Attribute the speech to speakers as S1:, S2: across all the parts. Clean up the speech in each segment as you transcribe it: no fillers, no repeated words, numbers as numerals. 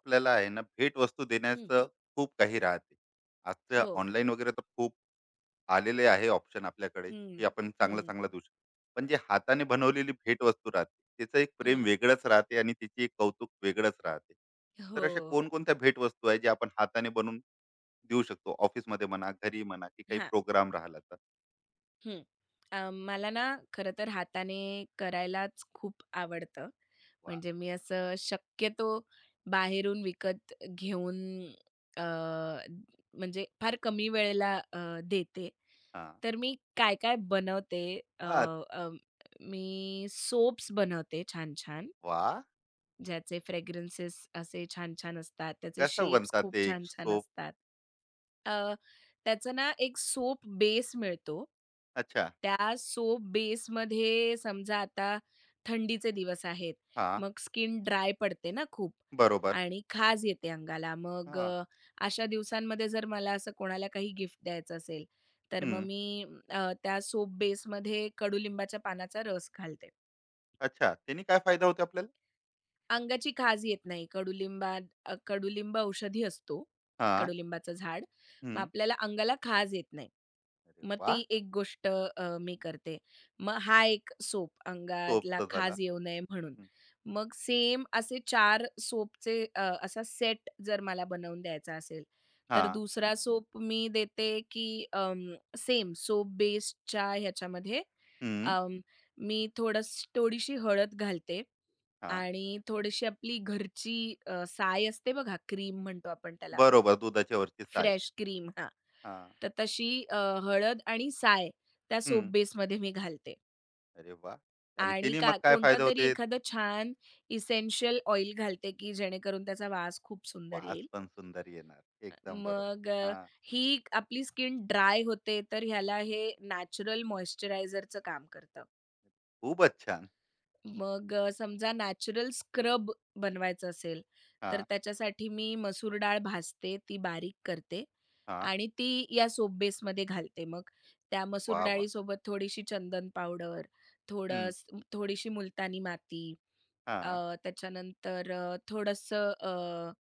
S1: आपल्याला आहे ना भेट भेटवस्तू
S2: हं,
S1: देण्याचं खूप काही राहते. आजच्या
S2: हो.
S1: ऑनलाईन वगैरे तर खूप आलेले आहे ऑप्शन आपल्याकडे, की
S2: हं,
S1: आपण चांगलं
S2: हं,
S1: चांगलं देऊ शकतो. पण जे हाताने बनवलेली भेटवस्तू राहते, तिचं एक प्रेम
S2: हं.
S1: वेगळंच राहते आणि तिची एक कौतुक वेगळंच राहते. तर
S2: हो.
S1: अशा कोणकोणत्या भेटवस्तू आहे, जे आपण हाताने बनवून देऊ शकतो? ऑफिसमध्ये म्हणा, घरी म्हणा, की काही
S2: हां,
S1: प्रोग्राम राहिला तर?
S2: हं. मला ना खरं तर हाताने करायलाच खूप आवडतं.
S1: वाह!
S2: म्हणजे मी असं शक्यतो बाहेरून विकत घेऊन, अ, म्हणजे फार कमी वेळेला देते.
S1: हां.
S2: तर मी काय-काय बनवते. अ,
S1: हां.
S2: अ, मी सोप्स बनवते छान-छान.
S1: वाह!
S2: ज्याचे फ्रेग्रन्सेस असे छान-छान असतात. त्याचे
S1: कसं
S2: शेप्स
S1: बनतात ते
S2: खूप छान-छान
S1: सोप?
S2: असतात. अ, त्याचं ना एक सोप बेस मिळतो.
S1: अच्छा.
S2: त्या सोप बेसमध्ये समजा आता थंडीचे दिवस आहेत.
S1: हां.
S2: मग स्किन ड्राय पडते ना खूप
S1: बरोबर.
S2: आणि खाज येते अंगाला. मग
S1: हां.
S2: अशा दिवसांमध्ये जर मला असं कोणाला काही गिफ्ट द्यायचं असेल, तर मग
S1: हं.
S2: मी त्या सोप बेसमध्ये कडुलिंबाच्या पानाचा रस घालते.
S1: अच्छा. त्याने काय फायदा होतो आपल्याला?
S2: अंगाची खाज येत नाही. कडुलिंब औषधी असतो,
S1: हां.
S2: कडुलिंबाचं झाड. मग
S1: हं.
S2: आपल्याला अंगाला खाज येत नाही.
S1: अरे
S2: मग
S1: वाह!
S2: ती एक गोष्ट मी करते. मग हा एक सोप अंगाला
S1: सोपचा झाला.
S2: खाज येऊ नये म्हणून.
S1: हं.
S2: मग सेम असे चार सोपचे, असा सेट जर मला बनवून द्यायचा असेल, तर
S1: हां.
S2: दुसरा सोप मी देते, की सेम सोप बेसच्या ह्याच्यामध्ये
S1: हं.
S2: मी थोडीशी हळद घालते
S1: हां.
S2: आणि थोडीशी आपली घरची साय असते बघा, क्रीम म्हणतो आपण त्याला,
S1: बरोबर दुधाच्या वरची साय.
S2: Fresh cream. हा,
S1: हां.
S2: तर तशी हळद आणि साय त्या सोप
S1: हं.
S2: बेसमध्ये मी घालते
S1: अरे वाह! आणि
S2: आणि
S1: तिने मग
S2: का
S1: काय फायदा
S2: कोणतंतरी
S1: होते?
S2: एखादं छान इसेन्शियल ऑइल घालते, की जेणेकरून त्याचा वास खूप सुंदर
S1: वास
S2: येईल.
S1: पण सुंदर येणार. एकदम बरोबर.
S2: मग
S1: हां.
S2: ही आपली स्किन ड्राय होते, तर ह्याला हे नॅचरल मॉइश्चरायझरचं काम करतं.
S1: खूपच छान.
S2: मग समजा नॅचरल स्क्रब बनवायचं असेल, तर
S1: हां,
S2: त्याच्यासाठी मी मसूर डाळ भाजते, ती बारीक करते
S1: हां.
S2: आणि ती या सोप बेसमध्ये घालते. मग त्या मसूर
S1: वाह, वाह!
S2: डाळीसोबत थोडीशी चंदन पावडर, थोडं
S1: हं.
S2: थोडीशी मुलतानी माती, अ,
S1: हां.
S2: त्याच्यानंतर थोडंसं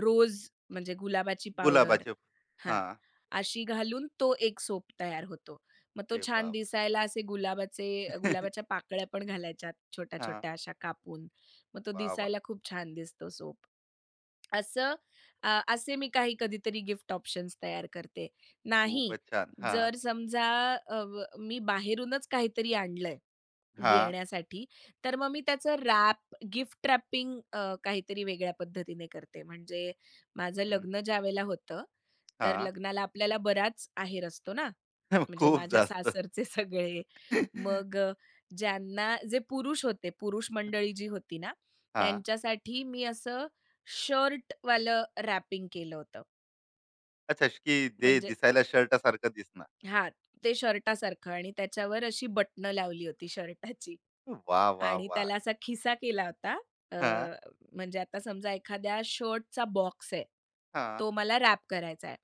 S2: रोज म्हणजे गुलाबाची पावडर.
S1: गुलाबाचे
S2: हां,
S1: हां.
S2: अशी घालून तो एक सोप तयार होतो. मग तो
S1: अरे
S2: छान
S1: वाह!
S2: दिसायला असे गुलाबाच्या पाकळ्या पण घालायच्या
S1: हां.
S2: छोट्या-छोट्या अशा कापून. मग तो
S1: वाह, वाह!
S2: दिसायला खूप छान दिसतो सोप. असं, असे मी काही कधीतरी गिफ्ट ऑप्शन्स तयार करते. नाही,
S1: खूपच छान. हां,
S2: जर समजा अ, व मी बाहेरूनच काहीतरी आणलंय
S1: हां.
S2: देण्यासाठी, तर मग मी त्याचं रॅप गिफ्ट रॅपिंग काहीतरी वेगळ्या पद्धतीने करते. म्हणजे माझं
S1: हं.
S2: लग्न ज्यावेळेला होतं, तर
S1: हां.
S2: लग्नाला आपल्याला बराच आहेर असतो ना, म्हणजे
S1: खूप
S2: माझ्या
S1: जास्त.
S2: सासरचे सगळे. मग ज्यांना जे पुरुष होते, पुरुष मंडळी जी होती ना,
S1: हां.
S2: त्यांच्यासाठी मी असं शर्टवालं रॅपिंग केलं होतं.
S1: अच्छा, की जे
S2: म्हणजे
S1: दिसायला शर्टासारखं दिसणार.
S2: हां, ते शर्टासारखं आणि त्याच्यावर अशी बटणं लावली होती शर्टाची.
S1: वाह, वाह,
S2: आणि
S1: वाह!
S2: त्याला असा खिसा केला होता. अ,
S1: हां,
S2: म्हणजे आता समजा एखाद्या शर्टचा बॉक्स आहे.
S1: हां,
S2: तो मला रॅप करायचा आहे.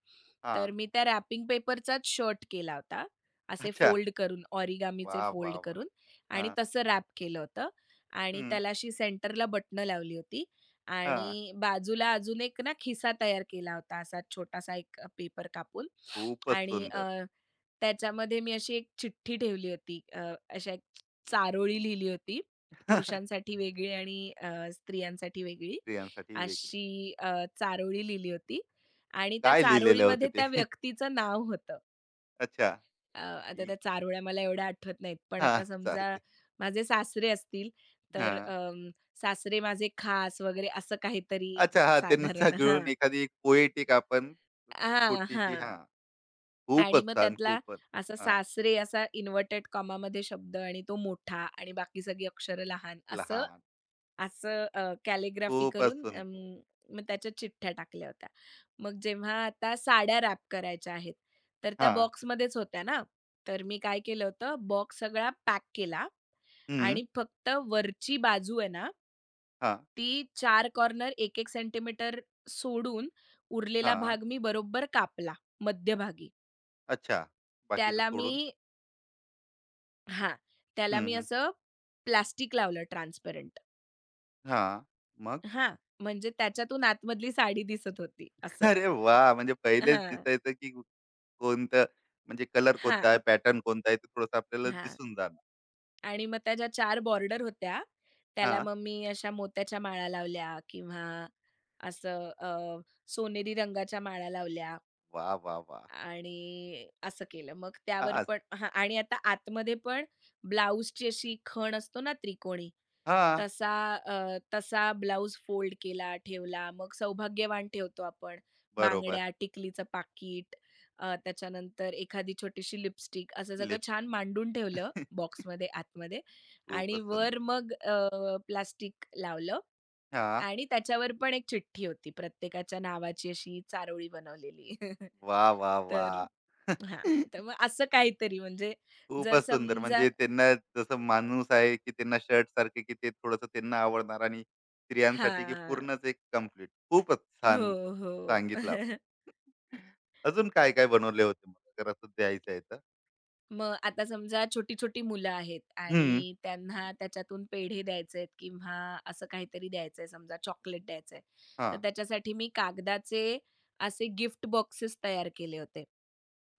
S1: हां.
S2: तर मी त्या रॅपिंग पेपरचाच शर्ट केला होता. असे
S1: अच्छा.
S2: फोल्ड करून, ओरिगामीचे
S1: वाह, वाह,
S2: फोल्ड
S1: वाह!
S2: करून, आणि
S1: हां,
S2: तसं रॅप केलं होतं आणि
S1: हं,
S2: त्याला अशी सेंटरला बटणं लावली होती
S1: हां.
S2: आणि बाजूला अजून एक ना खिसा तयार केला होता असा छोटासा एक पेपर कापून.
S1: खूपच
S2: आणि
S1: सुंदर.
S2: त्याच्यामध्ये मी अशी एक चिठ्ठी ठेवली होती. अशा एक चारोळी लिहिली होती पुरुषांसाठी वेगळी आणि स्त्रियांसाठी वेगळी.
S1: स्त्रियांसाठी वेगळी.
S2: अशी अ, चारोळी लिहिली होती आणि त्या
S1: काय लिहिलेलं होतं
S2: चारोळीमध्ये
S1: ते?
S2: त्या व्यक्तीचं नाव होतं.
S1: अच्छा.
S2: आता
S1: की
S2: त्या चारोळ्या मला एवढ्या आठवत नाहीत. पण
S1: हां,
S2: आता समजा
S1: चालते.
S2: माझे सासरे असतील, तर
S1: हां.
S2: सासरे माझे खास वगैरे असं काहीतरी
S1: अच्छा, हां, त्यांना
S2: साधारण.
S1: सगळून
S2: हां.
S1: एखादी पोएटिक आपण
S2: हां,
S1: छोटीशी हां,
S2: हां. आणि
S1: खूपच
S2: मग
S1: छान,
S2: त्यातला
S1: खूपच.
S2: असा
S1: हां,
S2: सासरे असा इन्व्हर्टेड कॉमामध्ये शब्द आणि तो मोठा आणि बाकी सगळी अक्षरं लहान, असं
S1: लहान.
S2: असं अ, कॅलिग्राफी
S1: खूपच
S2: करून,
S1: सुंदर.
S2: मग त्याच्यात चिठ्ठ्या टाकल्या होत्या. मग जेव्हा आता साड्या रॅप करायच्या आहेत, तर त्या
S1: हां,
S2: बॉक्समध्येच होत्या ना. तर मी काय केलं होतं, बॉक्स सगळा पॅक केला
S1: हं,
S2: आणि फक्त वरची बाजू आहे ना,
S1: हां,
S2: ती चार कॉर्नर एक एक सेंटीमीटर सोडून उरलेला
S1: हां.
S2: भाग मी बरोबर कापला मध्यभागी.
S1: अच्छा. बाकीचं
S2: त्याला मी
S1: सोडून.
S2: हां, त्याला
S1: हं,
S2: मी
S1: हं.
S2: असं प्लास्टिक लावलं ट्रान्सपरंट.
S1: हां. मग?
S2: हां, म्हणजे त्याच्यातून आतमधली साडी दिसत होती असं.
S1: अरे वाह! म्हणजे पहिलेच
S2: हां,
S1: दिसायचं की कोणतं म्हणजे कलर
S2: हां,
S1: कोणता आहे, पॅटर्न कोणता आहे, ते थोडंसं आपल्याला
S2: हां.
S1: दिसून जाणार.
S2: आणि मग त्या ज्या 4 बॉर्डर होत्या, त्याला
S1: हां.
S2: मग मी अशा मोत्याच्या माळा लावल्या किंवा असं सोनेरी रंगाच्या माळा लावल्या.
S1: वा.. वा.. वाह!
S2: आणि असं केलं. मग त्यावर
S1: हां,
S2: पण, हां, आणि आता आतमध्ये पण ब्लाउजची अशी खण असतो ना त्रिकोणी,
S1: हां.
S2: तसा ब्लाउज फोल्ड केला, ठेवला. मग सौभाग्यवान ठेवतो आपण.
S1: बरोबर.
S2: बांगड्या, टिकलीचं पाकीट, त्याच्यानंतर एखादी छोटीशी लिपस्टिक असं सगळं
S1: लिप्स
S2: छान मांडून ठेवलं बॉक्समध्ये आतमध्ये आणि
S1: खूपच
S2: वर
S1: सुंदर.
S2: मग प्लास्टिक लावलं
S1: हां.
S2: आणि त्याच्यावर पण एक चिठ्ठी होती प्रत्येकाच्या नावाची अशी चारोळी बनवलेली.
S1: वा.. वा..
S2: तर
S1: वाह!
S2: हां, तर मग असं काहीतरी म्हणजे जर
S1: खूपच सुंदर.
S2: समजा.
S1: म्हणजे त्यांना जसं माणूस आहे, की त्यांना शर्ट सारखे की ते थोडंसं त्यांना आवडणार आणि स्त्रियांसाठी की
S2: हां.
S1: पूर्णच एक कंप्लीट. खूपच
S2: हो,
S1: छान
S2: हो.
S1: सांगितलं आपण. अजून काय-काय बनवले होते मग? जर असं द्यायचं आहे तर?
S2: मग आता समजा छोटी-छोटी मुलं आहेत आणि
S1: हं.
S2: त्यांना त्याच्यातून पेढे द्यायचे आहेत किंवा असं काहीतरी द्यायचंय, समजा चॉकलेट द्यायचंय. तर
S1: हां.
S2: त्याच्यासाठी मी कागदाचे असे गिफ्ट बॉक्सेस तयार केले होते.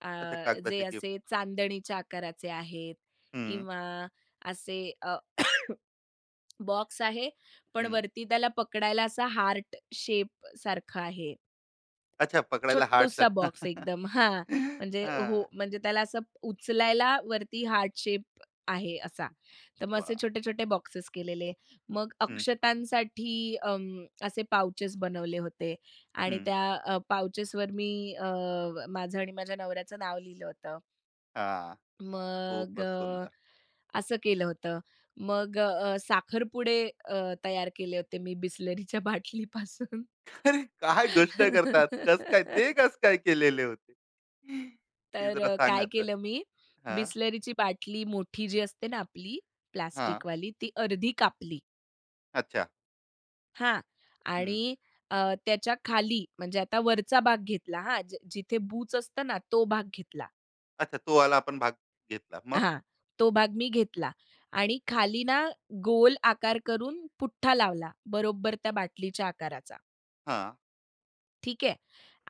S2: अ,
S1: अच्छा
S2: जे
S1: कागदाचे गिफ्ट.
S2: असे चांदणीच्या आकाराचे आहेत
S1: हं,
S2: किंवा असे बॉक्स आहे, पण
S1: हं.
S2: वरती त्याला पकडायला असा हार्ट शेप सारखा आहे.
S1: अच्छा, पकडायला हार्ट
S2: छोटूसा बॉक्स एकदम,
S1: हां.
S2: हां. म्हणजे हो, म्हणजे त्याला असं उचलायला वरती हार्ट शेप आहे असा. तर मग असे
S1: वा,
S2: छोटे-छोटे बॉक्सेस केलेले. मग
S1: हं,
S2: अक्षतांसाठी, असे पाउचेस बनवले होते आणि
S1: हं.
S2: त्या पाउचेसवर मी माझं आणि माझ्या नवऱ्याचं नाव लिहिलं होतं.
S1: हां,
S2: मग
S1: खूपच सुंदर.
S2: असं केलं होतं. मग साखरपुडे अ, तयार केले होते मी बिसलरीच्या बाटलीपासून.
S1: अरे, काय गोष्ट करतात. कसं काय? ते कसं काय केलेले होते? ते
S2: तर
S1: जरा सांगा
S2: काय
S1: तर?
S2: केलं मी,
S1: हां,
S2: बिसलरीची बाटली मोठी जी असते ना आपली
S1: हां.
S2: प्लास्टिकवाली, ती अर्धी कापली.
S1: अच्छा.
S2: हां.
S1: हं.
S2: आणि अ, त्याच्या खाली म्हणजे आता वरचा भाग घेतला, हां, जिथे बूच असतं ना तो भाग घेतला.
S1: अच्छा, तो वाला आपण भाग घेतला. मग?
S2: हां, तो भाग मी घेतला आणि खाली ना गोल आकार करून पुठ्ठा लावला, बरोबर त्या बाटलीच्या आकाराचा.
S1: हां.
S2: ठीक आहे?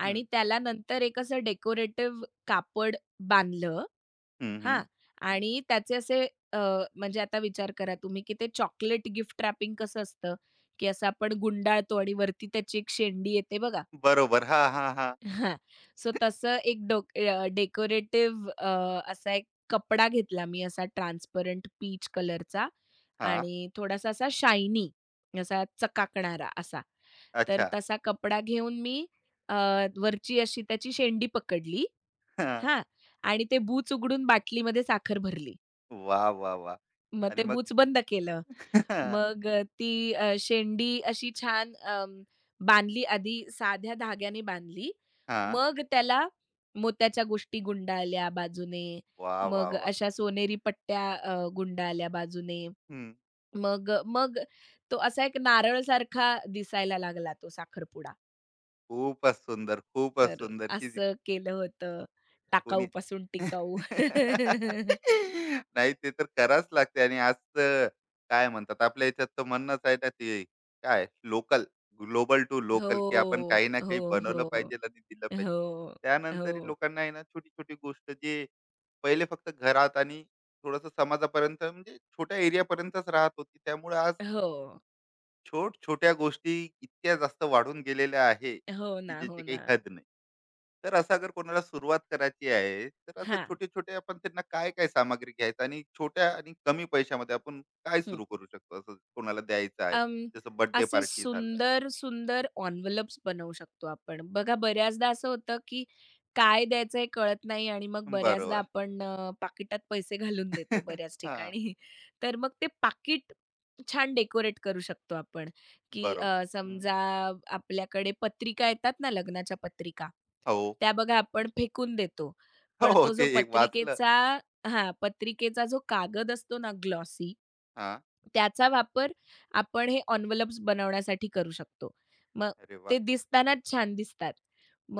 S1: हं,
S2: आणि त्याला नंतर एक असं डेकोरेटिव्ह कापड बांधलं,
S1: हं,
S2: हां,
S1: हं.
S2: आणि त्याचे असे अ, म्हणजे आता विचार करा तुम्ही, की ते चॉकलेट गिफ्ट रॅपिंग कसं असतं, की असं आपण गुंडाळतो आणि वरती त्याची एक शेंडी येते बघा.
S1: बरोबर. हां, हां, हां.
S2: हां. सो तसं एक डेकोरेटिव्ह असा एक कपडा घेतला मी असा ट्रान्सपरंट पीच कलरचा
S1: हां.
S2: आणि थोडासा असा शायनी असा चकाकणारा असा. तर
S1: अच्छा.
S2: तसा कपडा घेऊन मी अ, वरची अशी त्याची शेंडी पकडली.
S1: हां.
S2: हां. आणि ते बूच उघडून बाटलीमध्ये साखर भरली.
S1: वा, वा, वाह!
S2: मग
S1: आणि
S2: ते
S1: मग
S2: बूच बंद केलं. मग ती शेंडी अशी छान, बांधली आधी साध्या धाग्याने बांधली.
S1: हां.
S2: मग त्याला मोत्याच्या गोष्टी गुंडाळल्या बाजूने.
S1: वा, वा,
S2: मग
S1: वा,
S2: अशा सोनेरी पट्ट्या गुंडाळल्या बाजूने.
S1: हं.
S2: मग मग तो असा एक नारळसारखा दिसायला लागला तो साखरपुडा.
S1: खूपच सुंदर, खूपच
S2: तर
S1: सुंदर की
S2: असं केलं होतं.
S1: कोणी
S2: टाकाऊपासून टिकाऊ.
S1: नाही ते तर करावंच लागते आणि आज तर काय म्हणतात आपल्या याच्यात तर म्हणणंच आहे ना ते काय लोकल ग्लोबल टू
S2: हो.
S1: लोकल की आपण काही ना
S2: हो,
S1: काही
S2: हो.
S1: बनवलं पाहिजे आणि दिलं पाहिजे
S2: हो,
S1: त्यानंतर
S2: हो.
S1: लोकांना आहे ना छोटी छोटी गोष्ट जे पहिले फक्त घरात आणि थोडस समाजापर्यंत म्हणजे छोट्या एरियापर्यंतच राहत होती त्यामुळे आज
S2: हो.
S1: छोट्या गोष्टी इतक्या जास्त वाढून गेलेल्या आहे
S2: हो
S1: की
S2: ना,
S1: ज्याची
S2: हो
S1: काही
S2: ना.
S1: हद नाही तर असं अगर कोणाला सुरुवात करायची आहे तर असं
S2: हा,
S1: छोटे छोटे आपण त्यांना काय काय सामग्री घ्यायचं आणि छोट्या आणि कमी पैशामध्ये आपण काय
S2: हं.
S1: सुरू करू शकतो असं कोणाला द्यायचं आहे
S2: अं,
S1: जसं बर्थडे
S2: असे
S1: पार्टी झालं
S2: सुंदर, सुंदर एन्व्हलप्स बनवू शकतो आपण. बघा, बऱ्याचदा असं होतं, की काय द्यायचं हे कळत नाही आणि मग बऱ्याचदा
S1: बरोबर
S2: आपण पाकिटात पैसे घालून देतो बऱ्याच
S1: हा
S2: ठिकाणी. तर मग ते पाकिट छान डेकोरेट करू शकतो आपण, की
S1: बरोबर हम्म.
S2: समजा आपल्याकडे पत्रिका येतात ना, लग्नाच्या पत्रिका,
S1: हो
S2: त्या बघा आपण फेकून देतो. पण
S1: हो
S2: तो
S1: ते एक वाचलं
S2: पत्रिकेचा जो कागद असतो ना ग्लॉसी,
S1: हा
S2: त्याचा वापर आपण हे एन्व्हलप्स बनवण्यासाठी करू शकतो. मग
S1: अरे वा
S2: ते दिसताना छान दिसतात.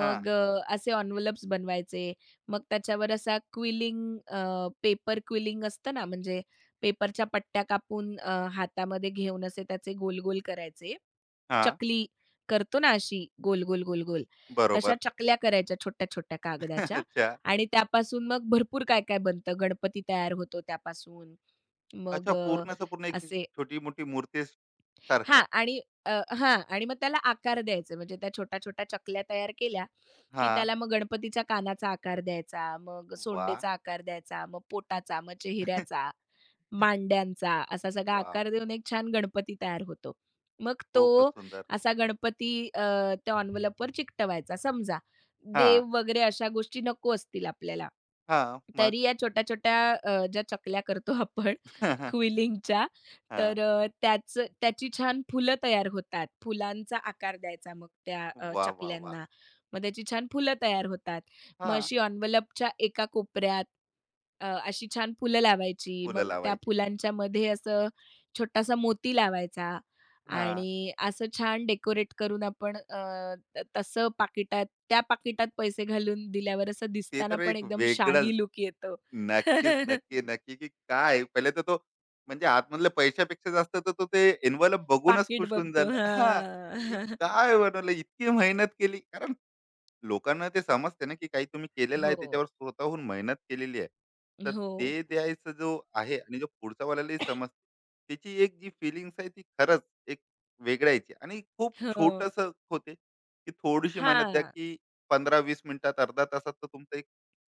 S1: हा
S2: असे एन्व्हलप्स बनवायचे. मग त्याच्यावर असा क्विलिंग पेपर क्विलिंग असतं ना, म्हणजे पेपरच्या पट्ट्या कापून हातामध्ये घेऊन असे त्याचे गोल-गोल करायचे.
S1: हा
S2: चकली करतो ना अशी गोल-गोल, गोल-गोल, तशा
S1: बरोबर
S2: चकल्या करायच्या छोट्या-छोट्या कागदाच्या
S1: अच्छा
S2: आणि त्यापासून मग भरपूर काय-काय बनतं. गणपती तयार होतो त्यापासून.
S1: अच्छा
S2: मग
S1: पूर्णच पूर्ण एक
S2: असे,
S1: छोटी मोठी मूर्ती
S2: हां,
S1: सारखं
S2: आणि अ, हां, आणि मग त्याला आकार द्यायचे. म्हणजे त्या छोट्या-छोट्या चकल्या तयार केल्या, की
S1: हा
S2: त्याला मग गणपतीच्या कानाचा आकार द्यायचा, मग
S1: वाह! वाह!
S2: सोंडेचा आकार द्यायचा, मग पोटाचा, मग चेहऱ्याचा. मांड्यांचा असा सगळा आकार देऊन एक छान गणपती तयार होतो. मग
S1: खूपच
S2: तो,
S1: सुंदर.
S2: असा गणपती त्या एन्व्हलपवर चिकटवायचा. समजा
S1: हां,
S2: देव वगैरे अशा गोष्टी नको असतील आपल्याला,
S1: हां. मग?
S2: तरी या छोट्या-छोट्या ज्या चकल्या करतो आपण क्विलिंगच्या,
S1: हां.
S2: तर अ, त्याचं त्याची छान फुलं तयार होतात. फुलांचा आकार द्यायचा मग त्या
S1: वाह, वाह, वाह!
S2: चकल्यांना. मग त्याची छान फुलं तयार होतात. मग
S1: हां,
S2: अशी एन्व्हलपच्या एका कोपऱ्यात अशी छान फुलं लावायची.
S1: फुलं
S2: मग त्या
S1: लावायची.
S2: फुलांच्या मध्ये असं छोटासा मोती लावायचा
S1: हां,
S2: आणि असं छान डेकोरेट करून आपण, अ, त तसं त्या पाकिटात पैसे घालून दिल्यावर असं
S1: ते
S2: दिसताना
S1: तर
S2: पण
S1: एक
S2: एकदम
S1: वेगळंच.
S2: शाही लूक येतो.
S1: नक्कीच, नक्की, नक्की, की काय पहिले तर तो म्हणजे आतमधल्या पैशापेक्षा जास्त तर तो ते एन्व्हलप बघूनच
S2: पाकीट
S1: खुश होऊन
S2: बघतो.
S1: जाणार हां,
S2: हां.
S1: की काय बनवलं, इतकी मेहनत केली. कारण लोकांना ते समजते ना, की काही तुम्ही केलेलं आहे,
S2: हो.
S1: त्याच्यावर स्वतःहून मेहनत केलेली आहे. तर
S2: हो.
S1: ते द्यायचं जो आहे आणि जो पुढच्या वाल्यालाही समजते, त्याची एक जी फिलिंग्स आहे, ती खरंच एक वेगळ्याची आणि खूप
S2: हो.
S1: छोटंसं होते, की थोडीशी मेहनत द्या,
S2: हां.
S1: की 15-20 मिनिटात, अर्ध्या तासात तर तुमचं एक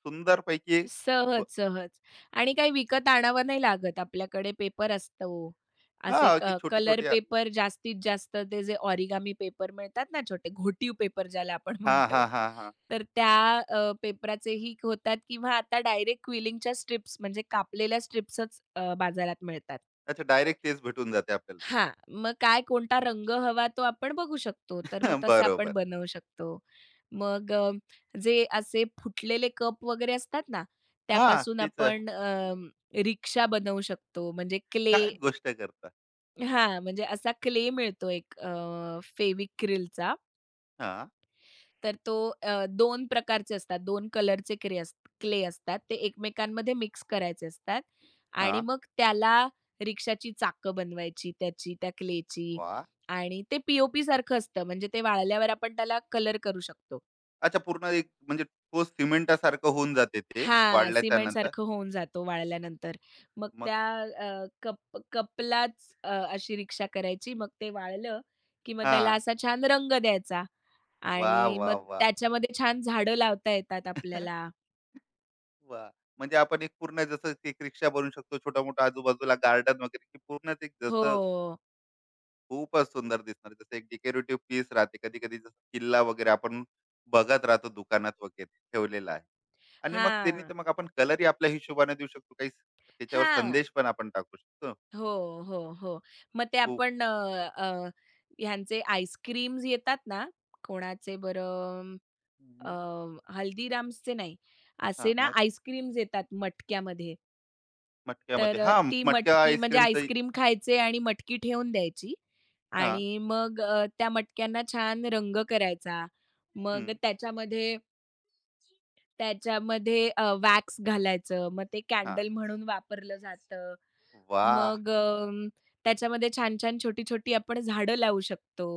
S1: सुंदरपैकी एक ब
S2: सहज, सहज आणि काही विकत आणावं नाही लागत. आपल्याकडे पेपर असतो. असे
S1: हां, की
S2: कलर
S1: छोटे-छोटे
S2: पेपर जास्तीत जास्त ते जे ऑरिगामी पेपर मिळतात ना छोटे घोटीव पेपर ज्याला आपण
S1: हां,
S2: म्हणतो.
S1: हां, हां, हां.
S2: तर त्या पेपराचेही होतात किंवा आता डायरेक्ट क्विलिंगच्या स्ट्रिप्स म्हणजे कापलेल्या स्ट्रिप्सच बाजारात मिळतात.
S1: अच्छा डायरेक्ट तेच भेटून जाते आपल्याला.
S2: हां, मग काय, कोणता रंग हवा तो आपण बघू शकतो. तर मग तसं आपण
S1: बरोबर.
S2: बनवू शकतो. मग जे असे फुटलेले कप वगैरे असतात ना,
S1: हां,
S2: त्यापासून
S1: तेच आहे.
S2: आपण रिक्षा बनवू शकतो. म्हणजे क्ले,
S1: काय गोष्ट करता?
S2: हां, म्हणजे असा क्ले मिळतो एक फेविक्रिलचा,
S1: हां,
S2: तर तो 2 प्रकारचे असतात, 2 कलरचे क्रे अस क्ले असतात. ते एकमेकांमध्ये मिक्स करायचे असतात आणि
S1: हां.
S2: मग त्याला रिक्षाची चाकं बनवायची त्या क्लेची
S1: वाह!
S2: आणि ते पी-ओ-पी सारखं असतं. म्हणजे ते वाळल्यावर आपण त्याला कलर करू शकतो.
S1: अच्छा पूर्ण एक म्हणजे ठोस सिमेंटासारखं होऊन जाते ते
S2: हां,
S1: वाढल्याच्या नंतर.
S2: सिमेंटसारखं होऊन जातो वाळल्यानंतर. मग
S1: मग
S2: त्या अ, कप कपलाच अशी रिक्षा करायची. मग ते वाळलं, की मग त्याला
S1: हां.
S2: असा छान रंग द्यायचा
S1: वाह! वाह!
S2: आणि मग
S1: वाह! वाह!
S2: त्याच्यामध्ये छान झाडं लावता येतात आपल्याला.
S1: म्हणजे आपण एक पूर्ण जसं की एक रिक्षा बनवू शकतो छोटा-मोठा आजूबाजूला गार्डन वगैरे की पूर्णच एक
S2: हो.
S1: जसं खूपच सुंदर दिसणार. जसं एक डेकोरेटिव्ह पीस राहते. कधी-कधी जसं किल्ला वगैरे आपण बघत राहतो दुकानात वगैरे ठेवलेला आहे. आणि मग त्यांनी
S2: हां,
S1: तर मग आपण कलरही आपल्या हिशोबाने देऊ शकतो. काही त्याच्यावर
S2: हां.
S1: संदेश पण आपण टाकू शकतो.
S2: हो, हो, हो. मग ते
S1: खूप
S2: आपण, अ, अ, ह्यांचे आईस्क्रीम्स येतात ना, कोणाचे बरं
S1: हं,
S2: अ,
S1: हं.
S2: हल्दीराम्सचे नाही, असे ना
S1: मग
S2: आईस्क्रीम्स येतात मटक्यामध्ये.
S1: मटक्यामध्ये
S2: तर
S1: हां,
S2: ती
S1: मटक्या
S2: मटकी म्हणजे
S1: आईस्क्रीमचंही
S2: आईस्क्रीम खायचे आणि मटकी ठेवून द्यायची
S1: हां,
S2: आणि मग त्या मटक्यांना छान रंग करायचा.
S1: हं,
S2: मग त्याच्यामध्ये त्याच्यामध्ये वॅक्स घालायचं. मग ते
S1: हां.
S2: कॅन्डल म्हणून वापरलं जातं.
S1: वाह!
S2: मग त्याच्यामध्ये छान-छान, छोटी-छोटी आपण झाडं लावू शकतो.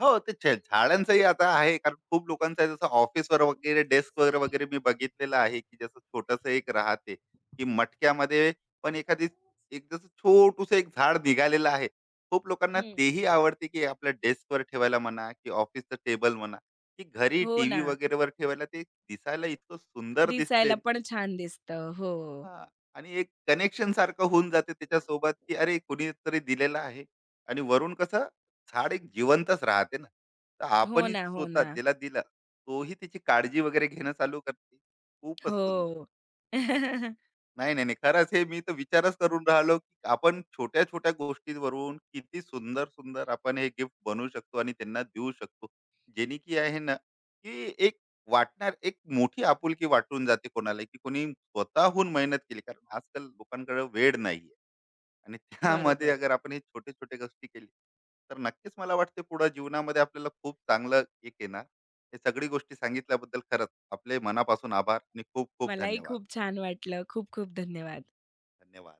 S1: हो, ते झाडांचंही आता आहे कारण खूप लोकांचं आहे जसं ऑफिसवर वगैरे डेस्कवर वगैरे वगैरे मी बघितलेलं आहे, की जसं छोटंसं एक राहते, की मटक्यामध्ये पण एखादी एक जसं छोटूसं एक झाड निघालेलं आहे. खूप लोकांना
S2: हं.
S1: तेही आवडते, की आपल्या डेस्कवर ठेवायला म्हणा, की ऑफिसचं टेबल म्हणा, की घरी
S2: हो
S1: टीव्ही
S2: ना.
S1: वगैरेवर ठेवायला ते दिसायला इतकं सुंदर दिसते
S2: दिसायला पण छान दिसतं. हो.
S1: हां. आणि एक कनेक्शन सारखं होऊन जाते त्याच्यासोबत, की अरे कुणीतरी दिलेलं आहे आणि वरून कसं झाड एक जिवंतच राहते ना. तर
S2: हो
S1: आपणही
S2: ना, हो
S1: स्वतः
S2: ना.
S1: ज्याला दिला तोही त्याची काळजी वगैरे घेणं चालू करते. खूपच सुंदर.
S2: हो.
S1: नाही. खरंच हे मी तर विचारच करून राहिलो, की आपण छोट्या-छोट्या गोष्टींवरून किती सुंदर-सुंदर आपण हे गिफ्ट बनवू शकतो आणि त्यांना देऊ शकतो. जेणे की आहे ना, की एक वाटणार एक मोठी आपुलकी वाटून जाते कोणाला, की कोणी स्वतःहून मेहनत केली. कारण आजकाल लोकांकडे वेळ नाहीये आणि त्यामध्ये
S2: बरोबर.
S1: अगर आपण हे छोटे-छोटे गोष्टी केली, तर नक्कीच मला वाटते पुढे जीवनामध्ये आपल्याला खूप चांगलं एक येणार. हे सगळी गोष्टी सांगितल्याबद्दल खरंच आपले मनापासून आभार आणि खूप-खूप
S2: मलाही
S1: धन्यवाद.
S2: खूप छान वाटलं. खूप खूप धन्यवाद.
S1: धन्यवाद.